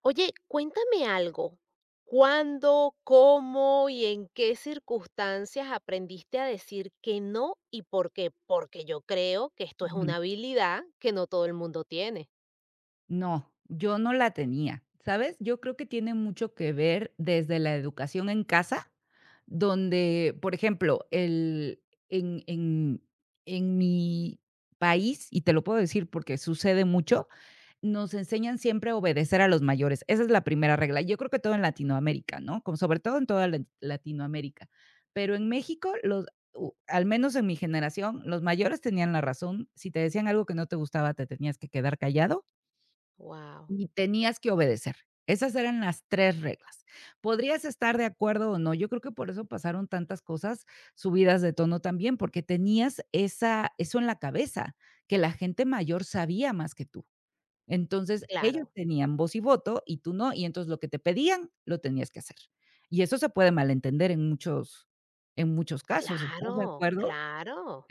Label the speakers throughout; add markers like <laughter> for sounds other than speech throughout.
Speaker 1: Oye, cuéntame algo. ¿Cuándo, cómo y en qué circunstancias aprendiste a decir que no y por qué? Porque yo creo que esto es
Speaker 2: Ujú.
Speaker 1: una habilidad que no todo el mundo tiene.
Speaker 2: No, yo no la tenía, ¿sabes? Yo creo que tiene mucho que ver desde la educación en casa, donde, por ejemplo, en, en, en mi país, y te lo puedo decir porque sucede mucho, nos enseñan siempre a obedecer a los mayores. Esa es la primera regla. Yo creo que todo en Latinoamérica, ¿no? Como sobre todo en toda Latinoamérica. Pero en México, al menos en mi generación, los mayores tenían la razón. Si te decían algo que no te gustaba, te tenías que quedar callado
Speaker 1: Wow.
Speaker 2: y tenías que obedecer. Esas eran las 3 reglas. Podrías estar de acuerdo o no. Yo creo que por eso pasaron tantas cosas subidas de tono también, porque tenías esa eso en la cabeza, que la gente mayor sabía más que tú. Entonces,
Speaker 1: Claro,
Speaker 2: ellos tenían voz y voto y tú no, y entonces lo que te pedían, lo tenías que hacer. Y eso se puede malentender en muchos casos, ¿estás de
Speaker 1: claro,
Speaker 2: acuerdo?
Speaker 1: claro.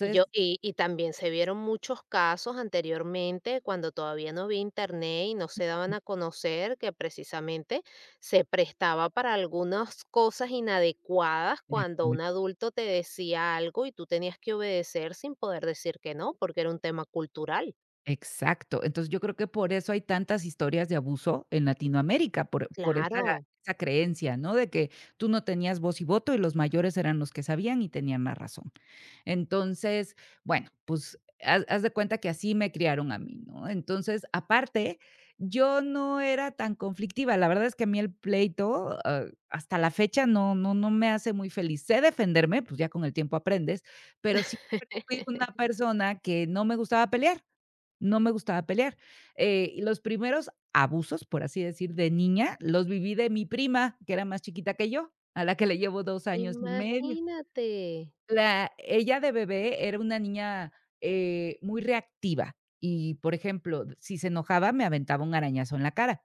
Speaker 1: Y yo y y también se vieron muchos casos anteriormente, cuando todavía no había Internet y no se daban a conocer, que precisamente se prestaba para algunas cosas inadecuadas, cuando un adulto te decía algo y tú tenías que obedecer sin poder decir que no, porque era un tema cultural.
Speaker 2: Exacto. Entonces, yo creo que por eso hay tantas historias de abuso en Latinoamérica, por esa
Speaker 1: Claro,
Speaker 2: creencia, ¿no? De que tú no tenías voz y voto, y los mayores eran los que sabían y tenían la razón. Entonces, bueno, pues haz de cuenta que así me criaron a mí, ¿no? Entonces, aparte, yo no era tan conflictiva. La verdad es que a mí el pleito, hasta la fecha no me hace muy feliz. Sé defenderme, pues ya con el tiempo aprendes, pero
Speaker 1: <laughs>
Speaker 2: siempre fui una persona que no me gustaba pelear, no me gustaba pelear. Y los primeros abusos, por así decir, de niña, los viví de mi prima, que era más chiquita que yo, a la que le llevo 2 años y medio.
Speaker 1: imagínate.
Speaker 2: La Ella de bebé era una niña, muy reactiva y, por ejemplo, si se enojaba, me aventaba un arañazo en la cara.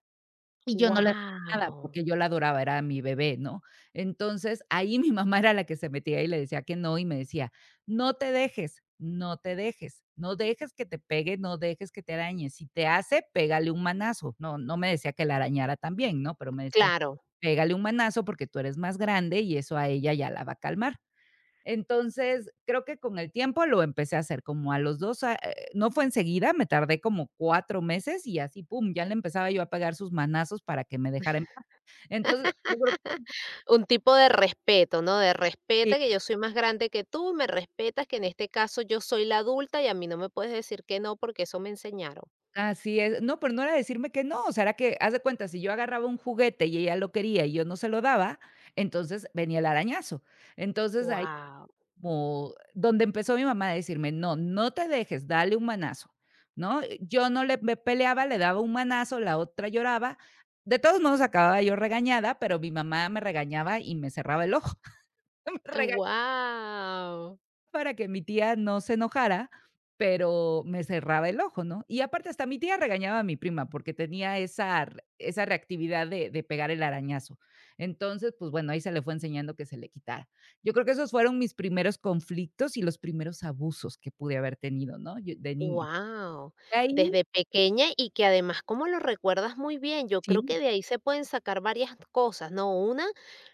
Speaker 2: Nada,
Speaker 1: Wow.
Speaker 2: porque yo la adoraba, era mi bebé, ¿no? Entonces, ahí mi <laughs> mamá era la que se metía y le decía que no, y me decía: "No te dejes, no te dejes, no dejes que te pegue, no dejes que te arañe, si te hace, pégale un manazo". No, no me decía que la arañara también, ¿no? Pero me decía:
Speaker 1: Claro.
Speaker 2: "Pégale un manazo porque tú eres más grande y eso a ella ya la va a calmar". Entonces, creo que con el tiempo lo empecé a hacer, como a los 2 a no fue enseguida, me tardé como 4 meses y así, pum, ya le empezaba yo a pegar sus manazos para que me dejara en paz. Entonces, yo creo que
Speaker 1: Un tipo de respeto, ¿no? De
Speaker 2: sí,
Speaker 1: respeta que yo soy más grande que tú, me respetas que en este caso yo soy la adulta y a mí no me puedes decir que no porque eso me enseñaron.
Speaker 2: así es. No, pero no era decirme que no, o sea, era que, haz de cuenta, si yo agarraba un juguete y ella lo quería y yo no se lo daba, entonces venía el arañazo. Entonces ahí
Speaker 1: Wow.
Speaker 2: Como donde empezó mi mamá a decirme: "No, no te dejes, dale un manazo", ¿no? Yo no le me peleaba, le daba un manazo, la otra lloraba. De todos modos, acababa yo regañada, pero mi mamá me regañaba y me cerraba el ojo. <laughs> Me
Speaker 1: Wow.
Speaker 2: Para que mi tía no se enojara, pero me cerraba el ojo, ¿no? Y aparte hasta mi tía regañaba a mi prima porque tenía esa reactividad de pegar el arañazo. Entonces, pues bueno, ahí se le fue enseñando que se le quitara. Yo creo que esos fueron mis primeros conflictos y los primeros abusos que pude haber tenido, ¿no? Yo de niña.
Speaker 1: Wow,
Speaker 2: Ahí
Speaker 1: desde pequeña y que además como lo recuerdas muy bien, yo creo
Speaker 2: sí,
Speaker 1: que de ahí se pueden sacar varias cosas, ¿no? Una,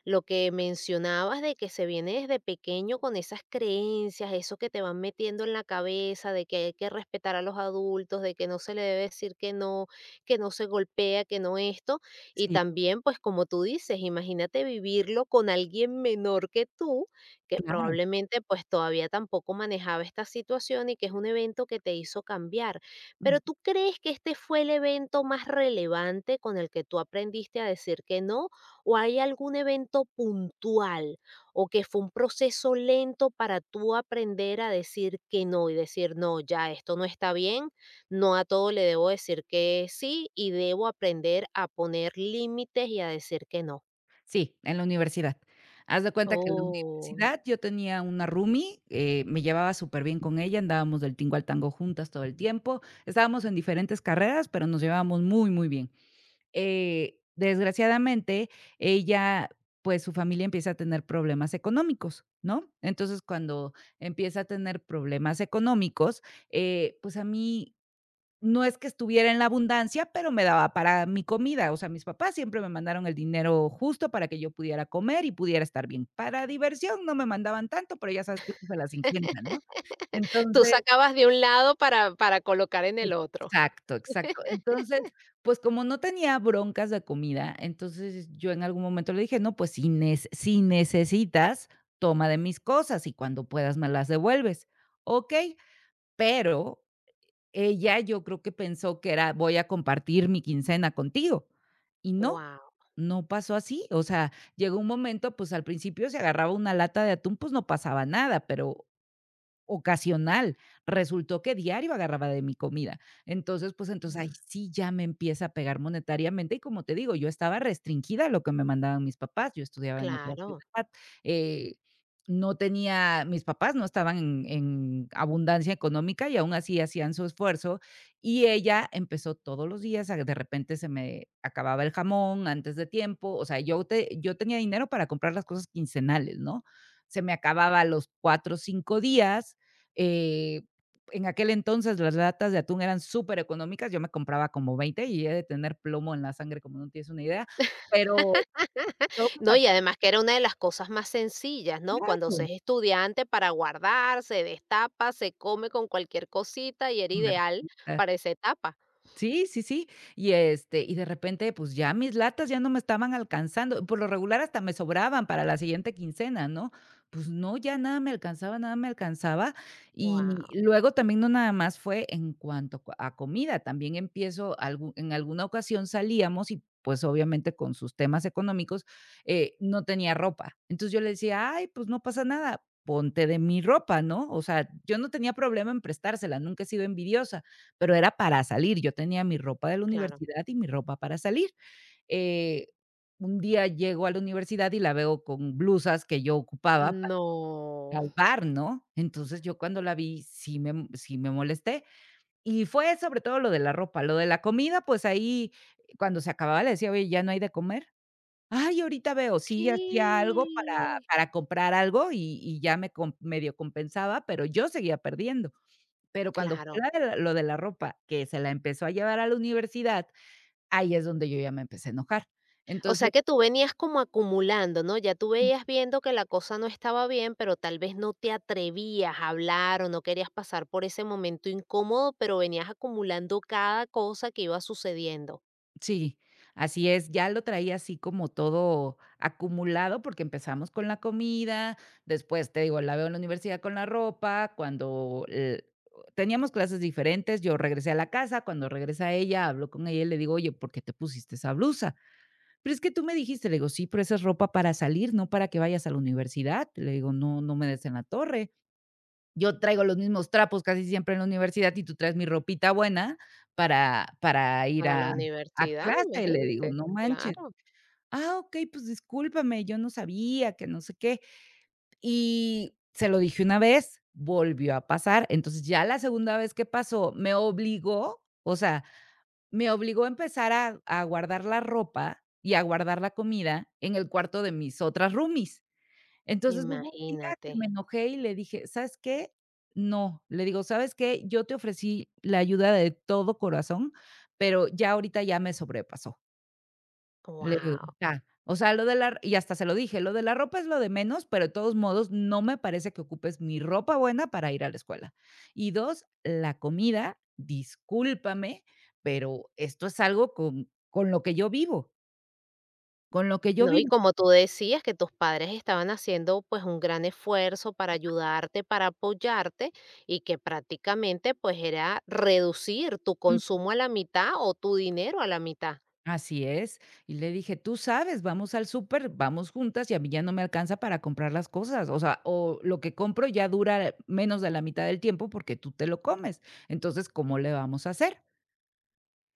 Speaker 1: lo que mencionabas de que se viene desde pequeño con esas creencias, eso que te van metiendo en la cabeza de que hay que respetar a los adultos, de que no se le debe decir que no se golpea, que no esto. Y
Speaker 2: sí,
Speaker 1: también, pues como tú dices, imagínate vivirlo con alguien menor que tú que
Speaker 2: claro.
Speaker 1: probablemente pues todavía tampoco manejaba esta situación y que es un evento que te hizo cambiar. Pero ¿tú crees que este fue el evento más relevante con el que tú aprendiste a decir que no? ¿O hay algún evento puntual o que fue un proceso lento para tú aprender a decir que no y decir, no, ya esto no está bien, no a todo le debo decir que sí y debo aprender a poner límites y a decir que no?
Speaker 2: Sí, en la universidad. Haz de cuenta que en la
Speaker 1: Oh.
Speaker 2: universidad yo tenía una roomie, me llevaba súper bien con ella, andábamos del tingo al tango juntas todo el tiempo, estábamos en diferentes carreras, pero nos llevábamos muy, muy bien. Desgraciadamente, ella, pues su familia empieza a tener problemas económicos, ¿no? Entonces, cuando empieza a tener problemas económicos, pues a mí no es que estuviera en la abundancia, pero me daba para mi comida. O sea, mis papás siempre me mandaron el dinero justo para que yo pudiera comer y pudiera estar bien. Para diversión no me mandaban tanto, pero ya sabes que uno se las ingenian, ¿no?
Speaker 1: Tú
Speaker 2: Entonces
Speaker 1: sacabas de un lado para colocar en el otro.
Speaker 2: exacto, exacto. Entonces, pues, como no tenía broncas de comida, entonces yo en algún momento le dije: "No, pues si necesitas, toma de mis cosas y cuando puedas me las devuelves". ¿Ok? Pero ella, yo creo que pensó que era: "Voy a compartir mi quincena contigo", y no,
Speaker 1: Wow,
Speaker 2: no pasó así, o sea, llegó un momento, pues, al principio, se agarraba una lata de atún, pues, no pasaba nada, pero ocasional, resultó que diario agarraba de mi comida. Entonces, pues, entonces ahí sí ya me empieza a pegar monetariamente y como te digo, yo estaba restringida a lo que me mandaban mis papás, yo estudiaba en otra
Speaker 1: claro.
Speaker 2: ciudad, eh, no tenía mis papás no estaban en abundancia económica y aún así hacían su esfuerzo, y ella empezó todos los días, a de repente se me acababa el jamón antes de tiempo, o sea, yo tenía dinero para comprar las cosas quincenales, ¿no? Se me acababa a los cuatro o 5 días eh, en aquel entonces las latas de atún eran supereconómicas, yo me compraba como 20 y he de tener plomo en la sangre como no tienes una idea, pero yo me la
Speaker 1: No, y
Speaker 2: pa
Speaker 1: además que era una de las cosas más sencillas, ¿no? Cuando se
Speaker 2: claro,
Speaker 1: es estudiante para guardar, se destapa, se come con cualquier cosita y era
Speaker 2: <unintelligible>
Speaker 1: ideal para esa etapa.
Speaker 2: Sí, sí, sí. Y, este, y de repente, pues, ya mis latas ya no me estaban alcanzando. Por lo regular hasta me sobraban para la siguiente quincena, ¿no? Pues no, ya nada me alcanzaba, nada me alcanzaba.
Speaker 1: Wow,
Speaker 2: Y luego también no nada más fue en cuanto co a comida, también empiezo algu en alguna ocasión salíamos y, pues, obviamente con sus temas económicos, no tenía ropa. Entonces yo le decía: "Ay, pues no pasa nada, ponte de mi ropa", ¿no? O sea, yo no tenía problema en prestársela, nunca he sido envidiosa. Pero era para salir, yo tenía mi ropa de la
Speaker 1: claro.
Speaker 2: universidad y mi ropa para salir. Eh, un día llego a la universidad y la veo con blusas que yo ocupaba para ir
Speaker 1: No.
Speaker 2: al bar, ¿no? Entonces, yo cuando la vi, sí me molesté. Y fue sobre todo lo de la ropa, lo de la comida, pues ahí cuando se acababa le decía: "Oye, ¿ya no hay de comer?". "Ay, ahorita veo". Sí, hacía algo
Speaker 1: ¿Qué?
Speaker 2: para comprar algo y ya me com medio compensaba, pero yo seguía perdiendo. Pero cuando fue
Speaker 1: Claro.
Speaker 2: la de la lo de la ropa, que se la empezó a llevar a la universidad, ahí es donde yo ya me empecé a enojar.
Speaker 1: O
Speaker 2: Entonces
Speaker 1: sea, que tú venías como acumulando, ¿no? Ya tú veías viendo que la cosa no estaba bien, pero tal vez no te atrevías a hablar o no querías pasar por ese momento incómodo, pero venías acumulando cada cosa que iba sucediendo.
Speaker 2: sí, así es, ya lo traía así como todo acumulado, porque empezamos con la comida, después, te digo, la veo en la universidad con la ropa, cuando, teníamos clases diferentes, yo regresé a la casa, cuando regresa ella, hablo con ella y le digo: "Oye, ¿por qué te pusiste esa blusa?". "Pero es que tú me dijiste", le digo: "Sí, pero esa es ropa para salir, no para que vayas a la universidad", le digo: "No, no me des en la torre. Yo traigo los mismos trapos casi siempre en la universidad y tú traes mi ropita buena para ir
Speaker 1: Para la
Speaker 2: a
Speaker 1: universidad,
Speaker 2: clase", le digo,
Speaker 1: imagínate,
Speaker 2: "No manches".
Speaker 1: claro.
Speaker 2: "Ah, ok, pues discúlpame, yo no sabía que no sé qué". Y se lo dije una vez, volvió a pasar. Entonces, ya la segunda vez que pasó, me obligó, o sea, me obligó a empezar a guardar la ropa y a guardar la comida en el cuarto de mis otras roomies. Entonces, hubo un día que
Speaker 1: Imagínate.
Speaker 2: me enojé y le dije: "¿Sabes qué? No". Le digo: "¿Sabes qué? Yo te ofrecí la ayuda de todo corazón, pero ya ahorita ya me sobrepasó". Le digo:
Speaker 1: Wow.
Speaker 2: "Ya". O sea, lo de la y hasta se lo dije: "Lo de la ropa es lo de menos, pero de todos modos no me parece que ocupes mi ropa buena para ir a la escuela. Y 2, la comida, discúlpame, pero esto es algo con lo que yo vivo, con lo que yo
Speaker 1: No, y
Speaker 2: vivo".
Speaker 1: como tú decías que tus padres estaban haciendo pues un gran esfuerzo para ayudarte, para apoyarte y que prácticamente pues era reducir tu consumo a la mitad o tu dinero a la mitad.
Speaker 2: Así es. Y le dije: "Tú sabes, vamos al súper, vamos juntas, y a mí ya no me alcanza para comprar las cosas, o sea, o lo que compro ya dura menos de la mitad del tiempo porque tú te lo comes. Entonces, ¿cómo le vamos a hacer?".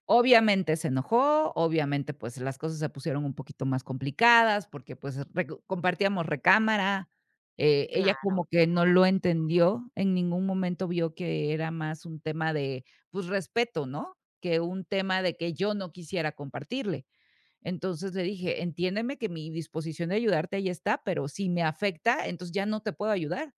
Speaker 2: Obviamente se enojó, obviamente, pues, las cosas se pusieron un poquito más complicadas porque, pues, reco compartíamos recámara, ella como
Speaker 1: Claro.
Speaker 2: que no lo entendió, en ningún momento vio que era más un tema de, pues, respeto, ¿no?, que un tema de que yo no quisiera compartirle. Entonces le dije: "Entiéndeme que mi disposición de ayudarte ahí está, pero si me afecta, entonces ya no te puedo ayudar.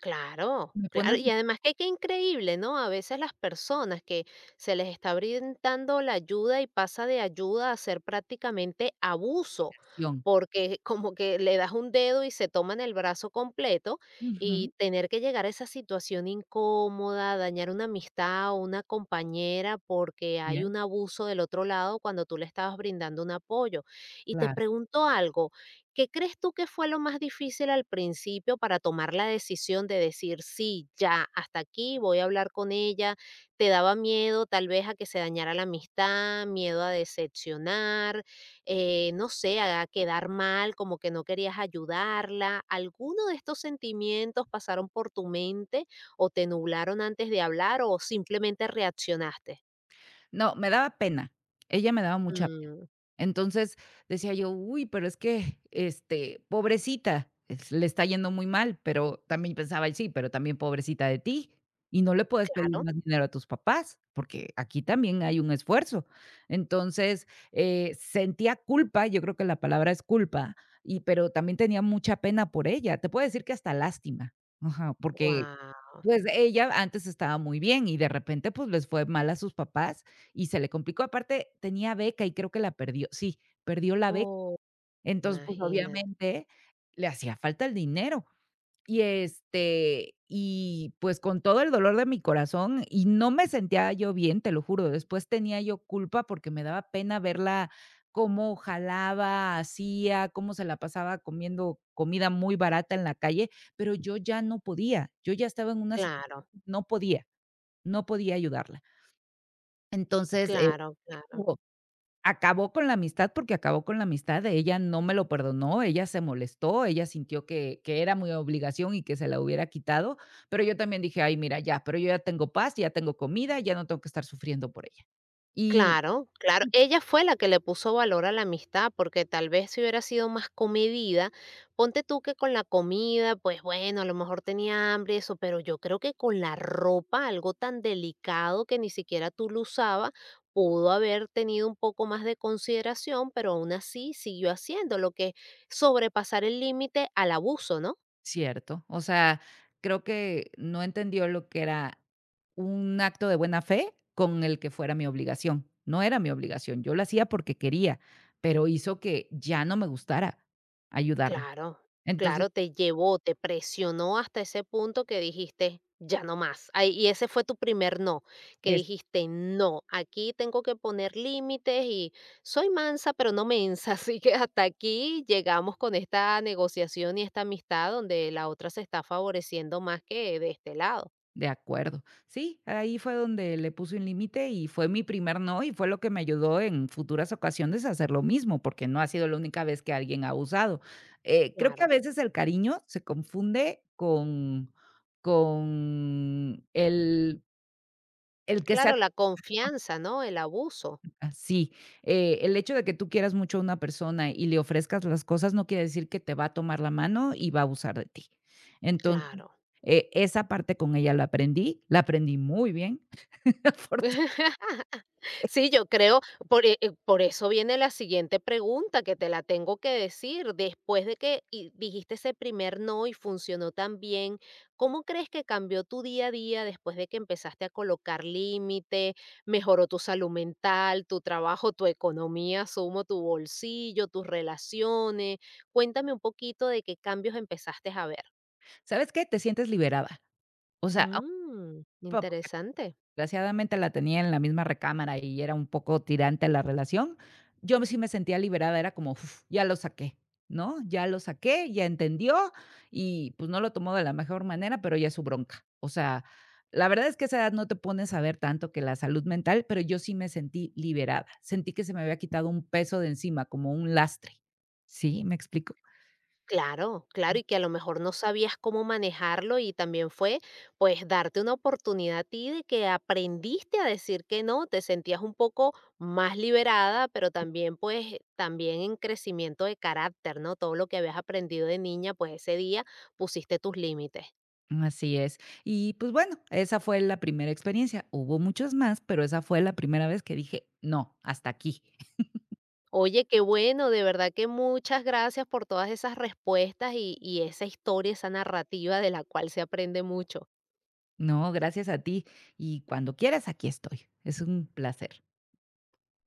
Speaker 1: Claro,
Speaker 2: Me pones
Speaker 1: claro.
Speaker 2: en
Speaker 1: Y además que qué increíble, ¿no? A veces las personas que se les está brindando la ayuda y pasa de ayuda a ser prácticamente abuso,
Speaker 2: canción".
Speaker 1: porque <laughs> como que le das un dedo y se toman el brazo completo y
Speaker 2: Ujú.
Speaker 1: tener que llegar a esa situación incómoda, dañar una amistad o una compañera porque
Speaker 2: Ya,
Speaker 1: hay un abuso del otro lado cuando tú le estabas brindando un apoyo. Y te
Speaker 2: claro.
Speaker 1: pregunto algo. ¿Qué crees tú que fue lo más difícil al principio para tomar la decisión de decir, sí, ya, hasta aquí voy a hablar con ella? ¿Te daba miedo tal vez a que se dañara la amistad, miedo a decepcionar, no sé, a quedar mal, como que no querías ayudarla? ¿Alguno de estos sentimientos pasaron por tu mente o te nublaron antes de hablar o simplemente reaccionaste?
Speaker 2: No, me daba pena. Ella me daba mucha.
Speaker 1: Mm,
Speaker 2: Entonces, decía yo: "Uy, pero es que, este, pobrecita, es le está yendo muy mal", pero también pensaba: "Sí, pero también pobrecita de ti, y no le puedes pedir
Speaker 1: claro,
Speaker 2: más dinero a tus papás, porque aquí también hay un esfuerzo". Entonces, sentía culpa, yo creo que la palabra es culpa, y pero también tenía mucha pena por ella. Te puedo decir que hasta lástima. Ajá, porque
Speaker 1: wow,
Speaker 2: pues ella antes estaba muy bien y de repente, pues, les fue mal a sus papás y se le complicó. Aparte, tenía beca y creo que la perdió. Sí, perdió la beca.
Speaker 1: oh,
Speaker 2: Entonces, pues,
Speaker 1: imagínate,
Speaker 2: obviamente le hacía falta el dinero. Y, este, y, pues, con todo el dolor de mi corazón, y no me sentía yo bien, te lo juro. Después tenía yo culpa porque me daba pena verla cómo jalaba, hacía, cómo se la pasaba comiendo comida muy barata en la calle, pero yo ya no podía. Yo ya estaba en una situación
Speaker 1: claro,
Speaker 2: no podía, no podía ayudarla. Entonces, eh.
Speaker 1: claro, claro.
Speaker 2: Acabó con la amistad, porque acabó con la amistad, ella no me lo perdonó, ella se molestó, ella sintió que era mi obligación y que se la hubiera quitado, pero yo también dije: "Ay, mira, ya, pero yo ya tengo paz, ya tengo comida, ya no tengo que estar sufriendo por ella". Y
Speaker 1: Claro, claro. Ella fue la que le puso valor a la amistad, porque tal vez si hubiera sido más comedida, ponte tú que con la comida, pues bueno, a lo mejor tenía hambre, eso, pero yo creo que con la ropa, algo tan delicado que ni siquiera tú lo usabas, pudo haber tenido un poco más de consideración, pero aún así siguió haciendo lo que es sobrepasar el límite al abuso, ¿no?
Speaker 2: cierto, o sea, creo que no entendió lo que era un acto de buena fe con el que fuera mi obligación. No era mi obligación, yo lo hacía porque quería, pero hizo que ya no me gustara ayudarla.
Speaker 1: Claro,
Speaker 2: Entonces,
Speaker 1: claro, te llevó, te presionó hasta ese punto que dijiste, ya no más. Ay, y ese fue tu primer no, que dijiste, no, aquí tengo que poner límites y soy mansa, pero no mensa. <laughs> Así que hasta aquí llegamos con esta negociación y esta amistad donde la otra se está favoreciendo más que de este lado.
Speaker 2: de acuerdo. Sí, ahí fue donde le puse un límite y fue mi primer no y fue lo que me ayudó en futuras ocasiones a hacer lo mismo, porque no ha sido la única vez que alguien ha abusado. Creo que a
Speaker 1: Claro,
Speaker 2: veces el cariño se confunde con el que sea.
Speaker 1: claro, la confianza, ¿no? El abuso.
Speaker 2: Sí, el hecho de que tú quieras mucho a una persona y le ofrezcas las cosas no quiere decir que te va a tomar la mano y va a abusar de ti. Entonces,
Speaker 1: Claro.
Speaker 2: esa parte con ella la aprendí muy bien. <laughs>
Speaker 1: <laughs> Sí, yo creo, por eso viene la siguiente pregunta que te la tengo que decir. Después de que dijiste ese primer no y funcionó tan bien, ¿cómo crees que cambió tu día a día después de que empezaste a colocar límite? ¿Mejoró tu salud mental, tu trabajo, tu economía, sumo, tu bolsillo, tus relaciones? Cuéntame un poquito de qué cambios empezaste a ver.
Speaker 2: ¿Sabes qué? Te sientes liberada. O sea,
Speaker 1: Mm,
Speaker 2: porque
Speaker 1: interesante.
Speaker 2: desgraciadamente la tenía en la misma recámara y era un poco tirante la relación, yo sí me sentía liberada, era como, uf, ya lo saqué, ¿no? Ya lo saqué, ya entendió y pues no lo tomó de la mejor manera, pero ya es su bronca. O sea, la verdad es que a esa edad no te pones a ver tanto que la salud mental, pero yo sí me sentí liberada, sentí que se me había quitado un peso de encima, como un lastre. ¿Sí? ¿Me explico?
Speaker 1: Claro, claro, y que a lo mejor no sabías cómo manejarlo y también fue pues darte una oportunidad a ti de que aprendiste a decir que no, te sentías un poco más liberada, pero también pues también en crecimiento de carácter, ¿no? Todo lo que habías aprendido de niña, pues ese día pusiste tus límites.
Speaker 2: Así es. Y pues bueno, esa fue la primera experiencia. Hubo muchas más, pero esa fue la primera vez que dije, no, hasta aquí. <laughs>
Speaker 1: Oye, qué bueno, de verdad que muchas gracias por todas esas respuestas y esa historia, esa narrativa de la cual se aprende mucho.
Speaker 2: No, gracias a ti. Y cuando quieras, aquí estoy. Es un placer.